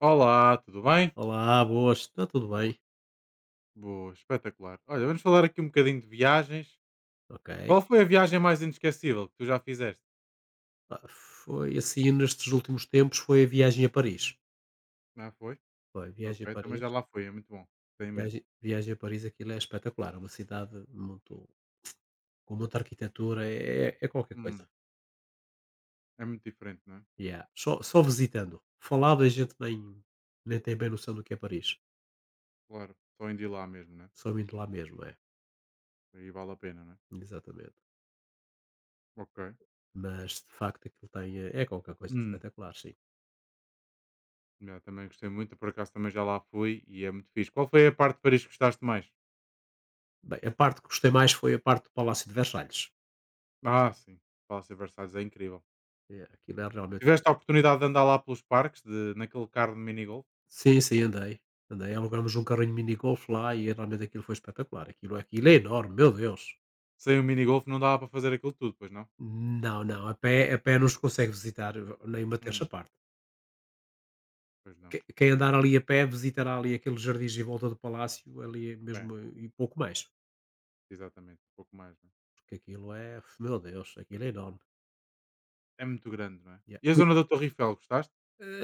Olá, tudo bem? Olá, boas, está tudo bem? Boa, espetacular. Olha, vamos falar aqui um bocadinho de viagens. Ok. Qual foi a viagem mais inesquecível que tu já fizeste? Pá, foi assim nestes últimos tempos foi a viagem a Paris. Não foi? Foi a viagem a Ok, também Paris. já lá foi, é muito bom. Tem imenso. Viagem a Paris, aquilo é espetacular. É uma cidade muito, com muita arquitetura, é qualquer coisa. Hum, É muito diferente, não é? Yeah. Só visitando. Falado a gente nem tem bem noção do que é Paris. Claro, só indo ir lá mesmo, né? Só indo lá mesmo, é. Aí vale a pena, não é? Exatamente. Ok. Mas de facto aquilo tem, é qualquer coisa de Hum, espetacular, sim. Já também gostei muito, por acaso também já lá fui e é muito fixe. Qual foi a parte de Paris que gostaste mais? Bem, a parte que gostei mais foi a parte do Palácio de Versalhes. Ah, sim, Palácio de Versalhes é incrível. É, aquilo é realmente. Tiveste a oportunidade de andar lá pelos parques, de, naquele carro de minigolf? Sim, sim, andei. Andei, alugamos um carrinho mini golf lá e realmente aquilo foi espetacular. Aquilo é enorme, meu Deus! Sem o minigolf não dava para fazer aquilo tudo, pois não? Não, não, a pé não se consegue visitar nem uma terça Hum. parte. Pois não. Que quem andar ali a pé visitará ali aqueles jardins em volta do palácio, ali É, mesmo e pouco mais, exatamente, um pouco mais, né. porque aquilo é, meu Deus, aquilo é enorme. É muito grande, não é? Yeah. E a zona da Torre Eiffel, gostaste?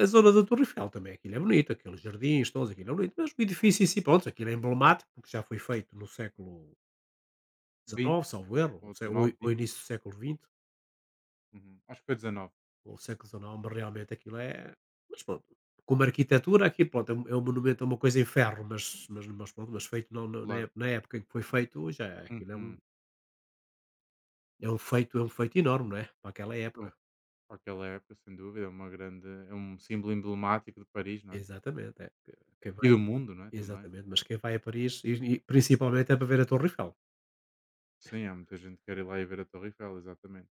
A zona da Torre Eiffel também, aquilo é bonito, aqueles jardins todos, aquilo é bonito, mas o edifício em si, pronto, aquilo é emblemático, porque já foi feito no século XIX, Vinte salvo erro, ou ou se ou 19, ou vinte. início do século XX. Uhum. Acho que foi 19, Ou Santo, mas realmente aquilo é, mas pronto, como arquitetura aqui, pronto, é um monumento a uma coisa em ferro, mas pronto, mas feito não na ép claro. na época em que foi feito já é, aquilo é um Uhum. é um feito é um feito enorme, não é, para aquela Então, época. para aquela época, sem dúvida, é uma grande é um símbolo emblemático de Paris, não é? Exatamente, é que quem E vai, do mundo, não é, também, não é? exatamente, mas quem vai a Paris e principalmente é para ver a Torre Eiffel. Sim, há muita gente que quer ir lá e ver a Torre Eiffel, exatamente.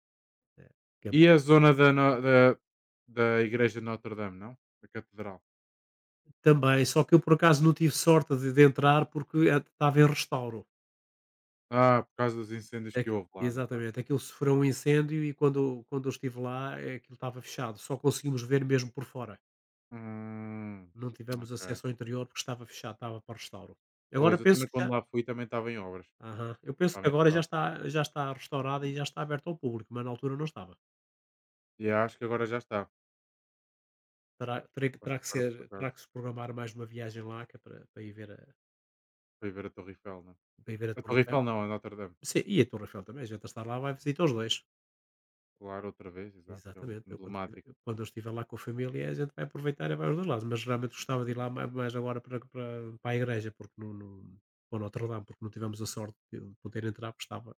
É, que é E a zona da no da da igreja de Notre Dame, não? Da catedral? também, só que eu por acaso não tive sorte de entrar porque, estava em restauro. Ah, por causa dos incêndios É que que houve lá, não foi? exatamente, aquilo sofreu um incêndio e quando eu estive lá, aquilo estava fechado, só conseguimos ver mesmo por fora, Hum, não tivemos ok. acesso ao interior porque estava fechado, estava para restauro. Agora Pois, eu penso também que quando já, lá fui também estava em obras. aham, eu penso Está que bem agora já fechado. está já está restaurada e já está aberta ao público, mas na altura não estava. E acho que agora já está. Terá terei que Acho terá que que agora ser por terá acaso que se programar mais uma viagem lá, que é para ir ver a, foi ver a Torre Eiffel, não é? para ir ver a A Torre Torre Eiffel. Eiffel não, a Notre Dame. Sim, e a Torre Eiffel também, a gente a estar lá vai visitar os dois. Claro, outra vez, exato, que é um Exatamente. Eu quando estiver emblemático. eu- quando eu estiver lá com a família, a gente vai aproveitar e vai aos 2 lados, mas realmente gostava de ir lá ma mais agora para a igreja, porque não para o Notre Dame, porque não tivemos a sorte de poder entrar, porque estava,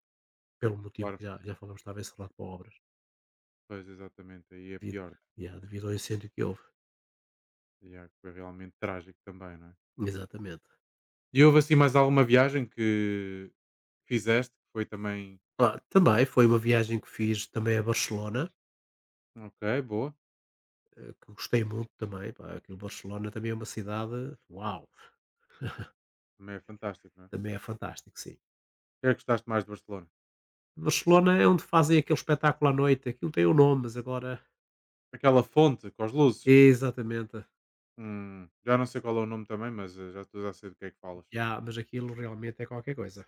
pelo motivo Claro, que já falamos, estava encerrado para obras, pois exatamente, aí é devido pior, né? yeah, devido ao incêndio que houve. E é, foi realmente trágico também, não é? Exatamente. E houve assim mais alguma viagem que fizeste que foi também? Ah, também foi uma viagem que fiz também a Barcelona, Ok, boa, que gostei muito também, pá, aquilo Barcelona também é uma cidade, uau, também é fantástico, não é? também é fantástico, sim. O que é que gostaste mais de Barcelona? Barcelona é onde fazem aquele espetáculo à noite, aquilo tem o nome, mas agora. Aquela fonte com as luzes. Exatamente. Já não sei qual é o nome também, mas já estou a sei do que é que falas. Já, mas aquilo realmente é qualquer coisa.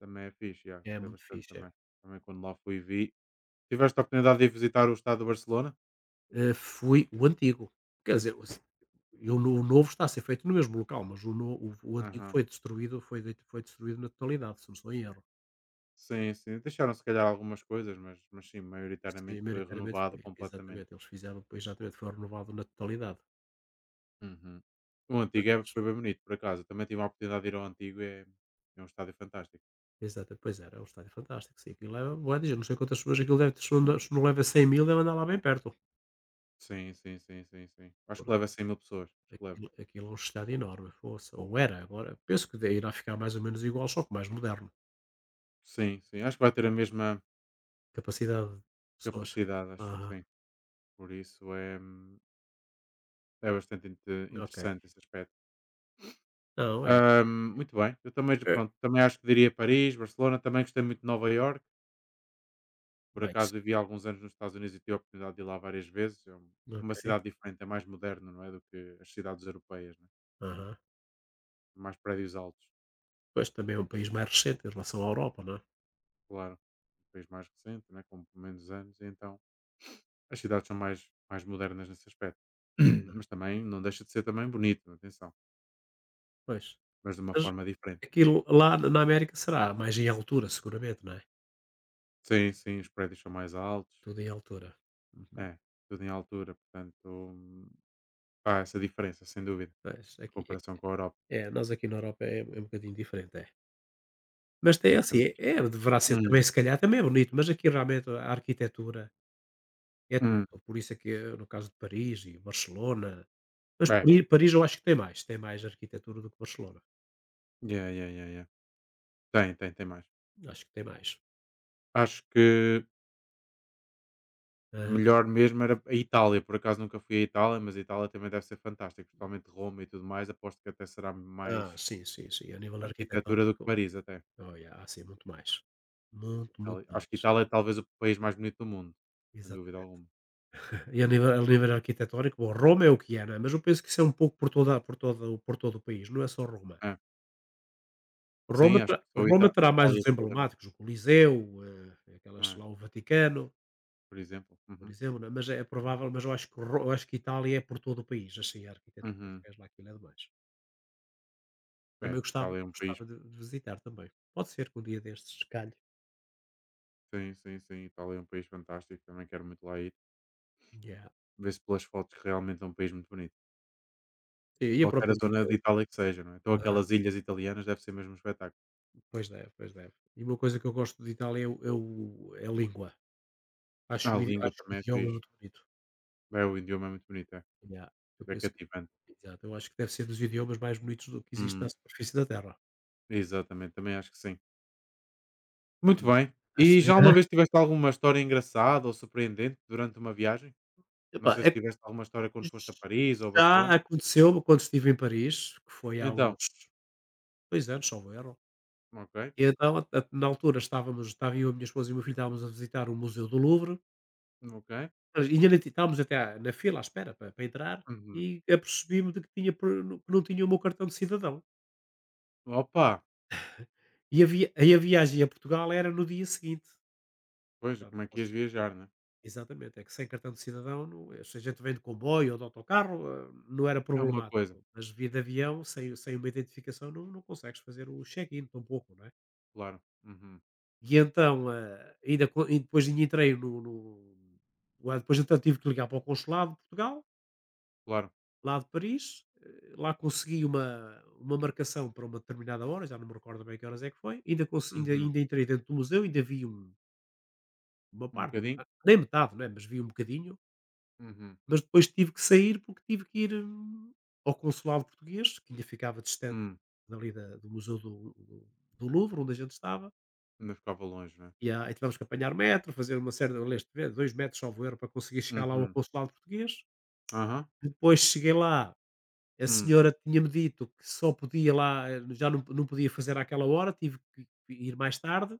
Também é fixe, já, É gostei muito bastante fixe, é. também. Também quando lá fui vi. Tiveste a oportunidade de ir visitar o estado do Barcelona? Fui o antigo. Quer dizer, o se e o no o novo está a ser feito no mesmo local, mas o no o antigo Aham. foi destruído, foi de foi destruído na totalidade, se não estou em erro. Sim, sim. Deixaram se calhar algumas coisas, mas sim, Sim, maioritariamente foi maioritariamente renovado foi. completamente. Exatamente, eles fizeram, pois exatamente, foi renovado na totalidade. Uhum. O antigo é, Mas foi bem bonito, por acaso. Eu também tive a oportunidade de ir ao antigo, é um estádio fantástico. exata pois era, é um estádio fantástico, sim, aquilo leva bué de não sei quantas pessoas aquilo deve ter, se não leva 100 000 deve andar lá bem perto. Sim, sim, sim, sim, sim. Acho que leva 100 mil pessoas. Acho que leva. Aquilo é um estádio enorme, poça, ou era, agora penso que irá ficar mais ou menos igual, só que mais moderno. Sim, sim. Acho que vai ter a mesma Capacidade de pessoas. capacidade, acho que Aham, sim. Por isso é bastante ok. interessante esse aspecto. Não, é. Muito bem. Eu também, É, pronto, também acho que diria Paris, Barcelona. Também gostei muito de Nova York. Por bem, isso- acaso vivi há alguns anos nos Estados Unidos e tive a oportunidade de ir lá várias vezes. É uma ok. cidade diferente, é mais moderna, não é? Do que as cidades europeias, né? Aham. Mais prédios altos, Pois também é um país mais recente em relação à Europa, não é? claro. Um país mais recente, né? Com menos anos. E então as cidades são mais modernas nesse aspecto. Ah, Mas também não deixa de ser também bonito, atenção. pois. Mas de uma Mas forma diferente. aquilo lá na América será mais em altura, seguramente, não é? Sim, sim, os prédios são mais altos. Tudo em altura. Uhum. É, tudo em altura, portanto, há essa diferença, sem dúvida, Pois, em aqui comparação com a Europa. é. É, nós aqui na Europa é, é um bocadinho diferente, é. Mas tem É, assim, também. Deverá ser Hum, também, se calhar, também é bonito, mas aqui realmente a arquitetura é tudo. hum, Por isso é que, no caso de Paris e Barcelona, mas é, Paris eu acho que tem mais arquitetura do que Barcelona. yeah, yeah, yeah, yeah. Tem, tem, tem mais. Acho que tem mais. Acho que Aham. melhor mesmo era a Itália, por acaso nunca fui à Itália, mas a Itália também deve ser fantástica, principalmente Roma e tudo mais, aposto que até será Ah, mais sim, sim, sim. A nível arquitetura do que arquitetónico, Paris até. olha, há sim muito mais. Muito, muito Itália. Acho que mais. Itália é talvez o país mais bonito do mundo, sem dúvida Exatamente. alguma. E a nível arquitetónico, bom, Roma é o que é, não é, mas eu penso que isso é um pouco por todo o país, não é só Roma. É. Roma Sim, acho terá que só a Roma Ita terá mais Itália os toda, não é? emblemáticos, o Coliseu, aquelas É, lá o Vaticano. por exemplo. Por Uhum. exemplo, não é? Mas é provável, mas eu acho que Itália é por todo o país, assim, a arquitetura, Uhum. fez lá, aquilo é demais. Também É, gostava Itália é um país. gostava de visitar também. Pode ser que um dia destes calhe. Sim, sim, sim, Itália é um país fantástico, também quero muito lá ir. Yeah. Vê-se pelas fotos que realmente é um país muito bonito. E a Qualquer própria zona língua. de Itália que seja, não é? Então Aham. aquelas ilhas italianas deve ser mesmo um espetáculo. Pois deve, pois deve. E uma coisa que eu gosto de Itália é o é a língua. Acho Ah, a o idi língua acho o também é idioma fixe. muito bonito. É, o idioma é muito bonito, é. Yeah. Eu É penso que cativante. exato, eu acho que deve ser dos idiomas mais bonitos do que existe na Hum, superfície da terra. Exatamente, também acho que sim. Muito Hum. bem. E Acho, já uma aham. vez tiveste alguma história engraçada ou surpreendente durante uma viagem? Não Epá, sei é se que tiveste alguma história quando foste a Paris ou já Barcelona. aconteceu quando estive em Paris, que foi há uns Então, 2 anos, salvo erro. ok, E então, a na altura estávamos estava eu, a minha esposa e o meu filho, estávamos a visitar o Museu do Louvre, ok. mas ainda nem ti estávamos até à na fila à espera para entrar, Uhum. e apercebi-me de que tinha per no- que não tinha o meu cartão de cidadão. Opa, E a viagem a Portugal era no dia seguinte. pois, Já não como é que posso, ias viajar, né? exatamente, é que sem cartão de cidadão não, se a gente vem de comboio ou de autocarro, não era É uma coisa, problemático, mas via de avião, sem uma identificação, não consegues fazer o check-in tampouco, não é? claro. Uhum, E então, ainda co e depois ainda entrei, no no lá depois então tive que ligar para o consulado de Portugal, claro. lá de Paris, lá consegui uma marcação para uma determinada hora, já não me recordo bem que horas é que foi, ainda conse ainda Uhum. ainda entrei dentro do museu, ainda vi um, uma Um parte, a bocadinho. nem metade, né, mas vi um bocadinho, Uhum. mas depois tive que sair porque tive que ir, ao consulado português, que ainda ficava distante Hum. dali da do museu do Louvre, onde a gente estava. Ainda ficava longe, né? E, ah, e tivemos que apanhar metro, fazer uma série de, aliás, 2 metros, salvo erro, para conseguir chegar lá ao Uhum. consulado português. Aham. Depois cheguei lá, a Hum. senhora tinha-me dito que só podia lá, já não, podia fazer àquela hora, tive que ir mais tarde.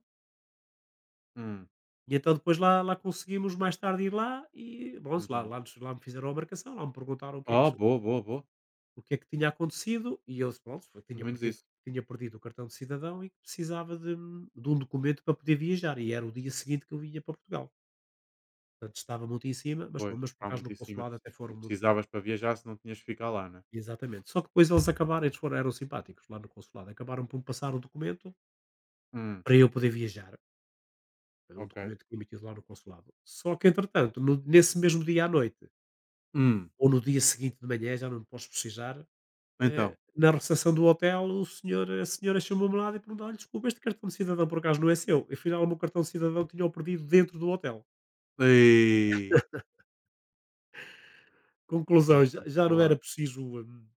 Hum. E então depois lá conseguimos mais tarde ir lá e, bom, lá, Uhum. lá, nos- lá me fizeram a marcação, lá me perguntaram o que é que, Oh, se-, boa, boa, boa. o que é que tinha acontecido e eu disse, pronto, Pelo tinha menos perdido, isso. tinha perdido o cartão de cidadão e que precisava de um documento para poder viajar e era o dia seguinte que eu vinha para Portugal. Portanto, estava muito em cima, mas, pô, Pois, mas por está acaso muito no em cima. consulado até E foram muito, precisavas para viajar se não tinhas que ficar lá, né? exatamente. Só que depois eles acabaram, eles foram, eram simpáticos lá no consulado, acabaram por me passar o documento Hum, para eu poder viajar. Era um ok. documento que emitido lá no consulado. Só que, entretanto, nesse mesmo dia à noite, Hum, ou no dia seguinte de manhã, já não posso precisar, então. na recepção do hotel, o senhor, a senhora chamou-me lá e perguntou: olha, desculpa, este cartão de cidadão por acaso não é seu? E afinal, o meu cartão de cidadão tinha-o perdido dentro do hotel. Ei, Conclusão, já, então já estava não lá. era preciso.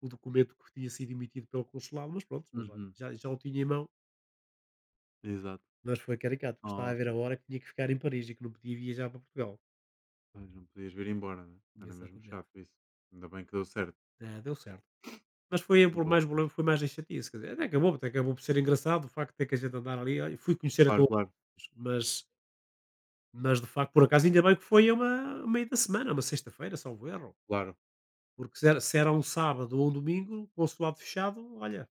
O documento que tinha sido emitido pelo consulado, mas pronto, mas olha, Uhum, já o tinha em mão. exato. Mas foi caricato, porque estava a ver Nossa, a hora que tinha que ficar em Paris e que não podia viajar para Portugal. pois não podias vir embora, né? Era mesmo Exatamente. chato isso. Ainda bem que deu certo. É, deu certo. Mas foi por Boa. mais problema, foi mais a chatice. Quer dizer, até acabou por ser engraçado o facto de ter que a gente andar ali. Olha, fui conhecer a Claro, tua. claro, Mas, mas de facto, por acaso, ainda bem que foi a uma a meio da semana, uma sexta-feira, salvo erro. claro. Porque se era um sábado ou um domingo, o consulado fechado, olha,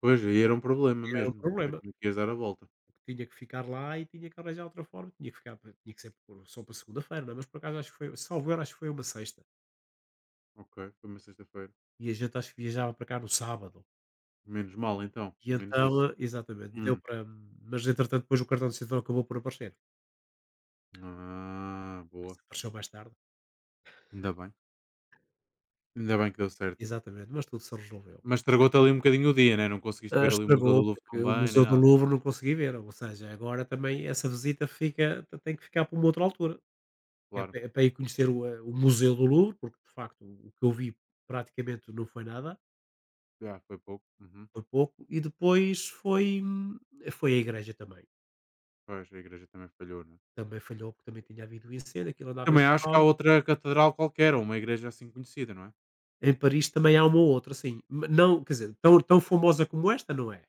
Pois, aí era um problema era um mesmo. Não sei problema. como é que ias dar a volta. Que tinha que ficar lá e tinha que arranjar outra forma, tinha que ficar, tinha que ser só para segunda-feira, não é? Mas por acaso acho que foi, salvo erro, acho que foi uma sexta. Ok, foi uma sexta-feira. E a gente acho que viajava para cá no sábado. Menos mal então, E pelo menos então, isso. Exatamente, deu Hum. para. Mas entretanto, depois o cartão de cidadão acabou por aparecer. Ah, Mas boa. apareceu mais tarde. Ainda bem. Ainda Mas- bem que deu certo. exatamente, mas tudo se resolveu. Mas estragou-te ali um bocadinho o dia, né, não conseguiste Ah, ver ali o Museu do estragou Louvre porque tão o bem, nem Museu do nada. Louvre não consegui ver. Ou seja, agora também essa visita fica, tem que ficar para uma outra altura. É Claro, para, é para ir conhecer o, o Museu do Louvre, porque de facto o que eu vi praticamente não foi nada. já, foi pouco. Uhum. Por pouco. E depois foi foi a igreja também. Pois, a igreja também falhou, não é? Também falhou, porque também tinha havido um incêndio, aquilo andava em Também acho que há restauro. outra catedral qualquer, ou uma igreja assim conhecida, não é? Em Paris também há uma ou outra, assim, ma não quer dizer, tão famosa como esta, não é,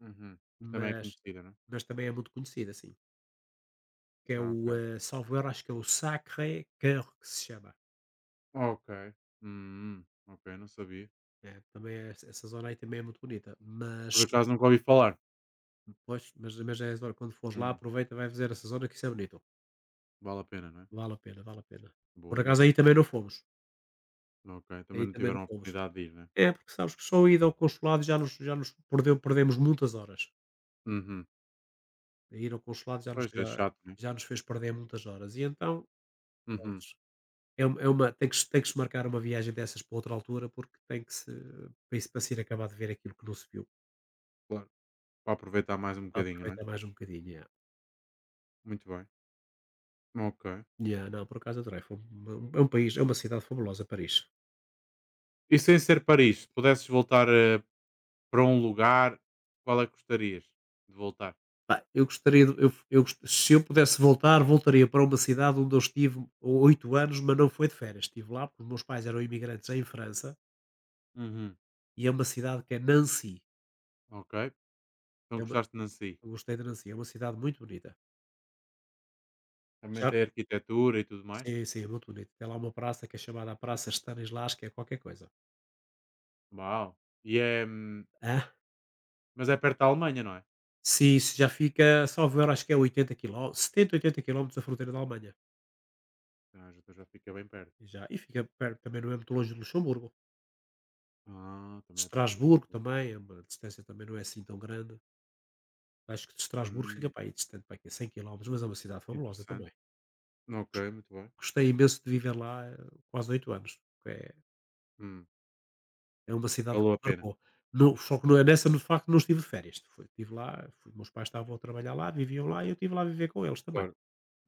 Uhum. Mas também é mas conhecida, não é? mas também é muito conhecida, assim, que é Ah, o, ok. Salvo erro, acho que é o Sacré-Cœur que se chama. Ok. Ok, não sabia. É, também é essa zona, aí também é muito bonita, Por mas acaso nunca ouvi falar. pois, mas é a zona, quando fores lá Hum, aproveita, vai fazer essa zona que isso é bonito. Vale a pena, não é? Vale a pena, vale a pena. Por Boa, ainda acaso bem. aí também não fomos, Ok, também aí não também não tiveram a fomos. oportunidade de ir, né? É, porque sabes que só a ida ao consulado já nos perdeu perdemos muitas horas. Uhum. A ir ao consulado já nos Pois, é já chato, né? já nos fez perder muitas horas. E então, Uhum, prontos, é uma tem que se marcar uma viagem dessas para outra altura, porque tem que se para isso, para se ir acabar de ver aquilo que não se viu. claro. Para aproveitar mais um bocadinho, não é? Aproveitar mais um bocadinho, yeah. Muito bem. Ok. Yeah, não, por acaso adorei, foi um, é um país, é uma cidade fabulosa, Paris. E sem ser Paris, se pudesses voltar para um lugar, qual é que gostarias de voltar? Pá, eu gostaria de eu gos se eu pudesse voltar, voltaria para uma cidade onde eu estive 8 anos, mas não foi de férias, estive lá porque os meus pais eram imigrantes em França. Uhum. E é uma cidade que é Nancy, Ok. Então é uma gostaste de Nancy. eu gostei de Nancy, é uma cidade muito bonita. Também Já, tem arquitetura e tudo mais. sim, sim, é muito bonito. Tem lá uma praça que é chamada Praça Stanislas, que é qualquer coisa. Uau. E é. Hã? Mas é perto da Alemanha, não é? Sim, isso já fica, salvo erro, acho que é 80 quilómetros, 70, 80 quilómetros da fronteira da Alemanha. Ah, já, então já fica bem perto. E já e fica perto, também não é muito longe de Luxemburgo. Ah, também é perto dos. Estrasburgo também, é uma distância também não é assim tão grande. Acho que de Estrasburgo fica Hum, para aí distante, para aqui a 100 quilómetros, mas é uma cidade fabulosa Interessante. também. Ok, Gos muito bem. gostei imenso de viver lá, quase 8 anos. É Hum, É uma cidade que Valeu me a pena, marcou. No só que não é nessa, no facto, não estive de férias. Fui estive lá fui meus pais estavam a trabalhar lá, viviam lá e eu estive lá a viver com eles também. claro.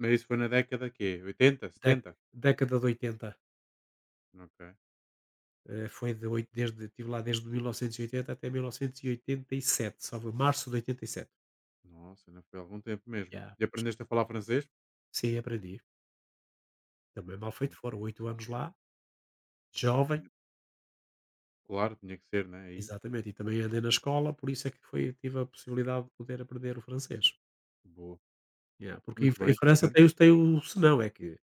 Mas isso foi na década quê? 80, Dé 70? década de oitenta, Ok. Foi de oit desde estive lá desde 1980 até 1987, só erro, março de 87. Nossa, não foi há algum tempo mesmo. Já. E aprendeste a falar francês? Sim, aprendi. Também mal Bom, feito foram 8 anos lá, jovem, tinha- Claro, tinha que ser, né? Aí. exatamente, e também andei na escola, por isso é que foi, tive a possibilidade de poder aprender o francês. Boa. Já, porque em Muito em bem, França interessante. tem o tem o senão, é que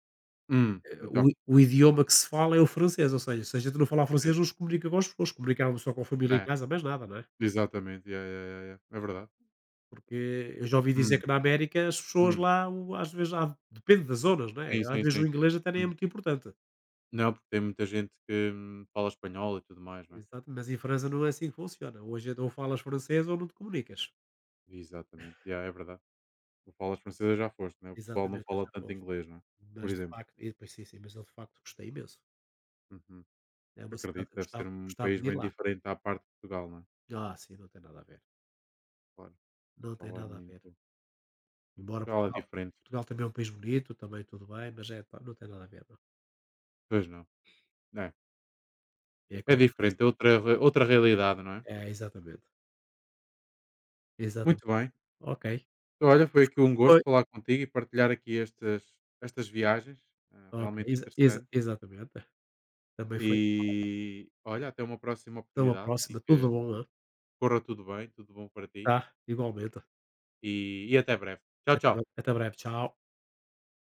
O Então, i o idioma que se fala é o francês, ou seja, se a gente não falar pode ser. francês não se comunica com as pessoas, comunicava só com a família em É, casa, mais nada, não é? exatamente, yeah, yeah, yeah, yeah. É verdade. Porque eu já ouvi dizer Hum, que na América as pessoas hum. lá, o às vezes há, depende das zonas, não é? Sim, Às sim, vezes o sim. inglês até nem é Hum. muito importante. Não, porque tem muita gente que fala espanhol e tudo mais, não é? Exato, mas em França não é assim que funciona. Hoje é, ou falas francês ou não te comunicas. Exatamente, yeah, é verdade. Tu falas francesa já foste, né? O pessoal não Exatamente, fala já tanto foste. inglês, não é? Por Mas de exemplo. facto, e depois sim, sim, mas eu de facto gostei imenso. Uhum. É uma cidade Acredito, que eu deve ser gostava, um gostava país de ir bem lá. diferente à parte de Portugal, não é? Ah, sim, não tem nada a ver. Claro, Não tem Portugal é nada a ver. muito. Embora Portugal é Portugal, diferente. Portugal também é um país bonito, também tudo bem, mas é pá, não tem nada a ver, não. Pois não. É, É é qualquer diferente, é coisa. outra, outra realidade, não é? É, exatamente, Muito exatamente. bem. Ok, Olha, foi aqui um foi gosto falar contigo e partilhar aqui estas viagens, ah, ok, realmente interessante. exatamente. Também foi. E olha, até uma próxima Até uma oportunidade e próxima, tudo que bom, hã? corra tudo bem, tudo bom para ti Tá, igualmente. e até breve. Tchau, tchau. Até breve, tchau.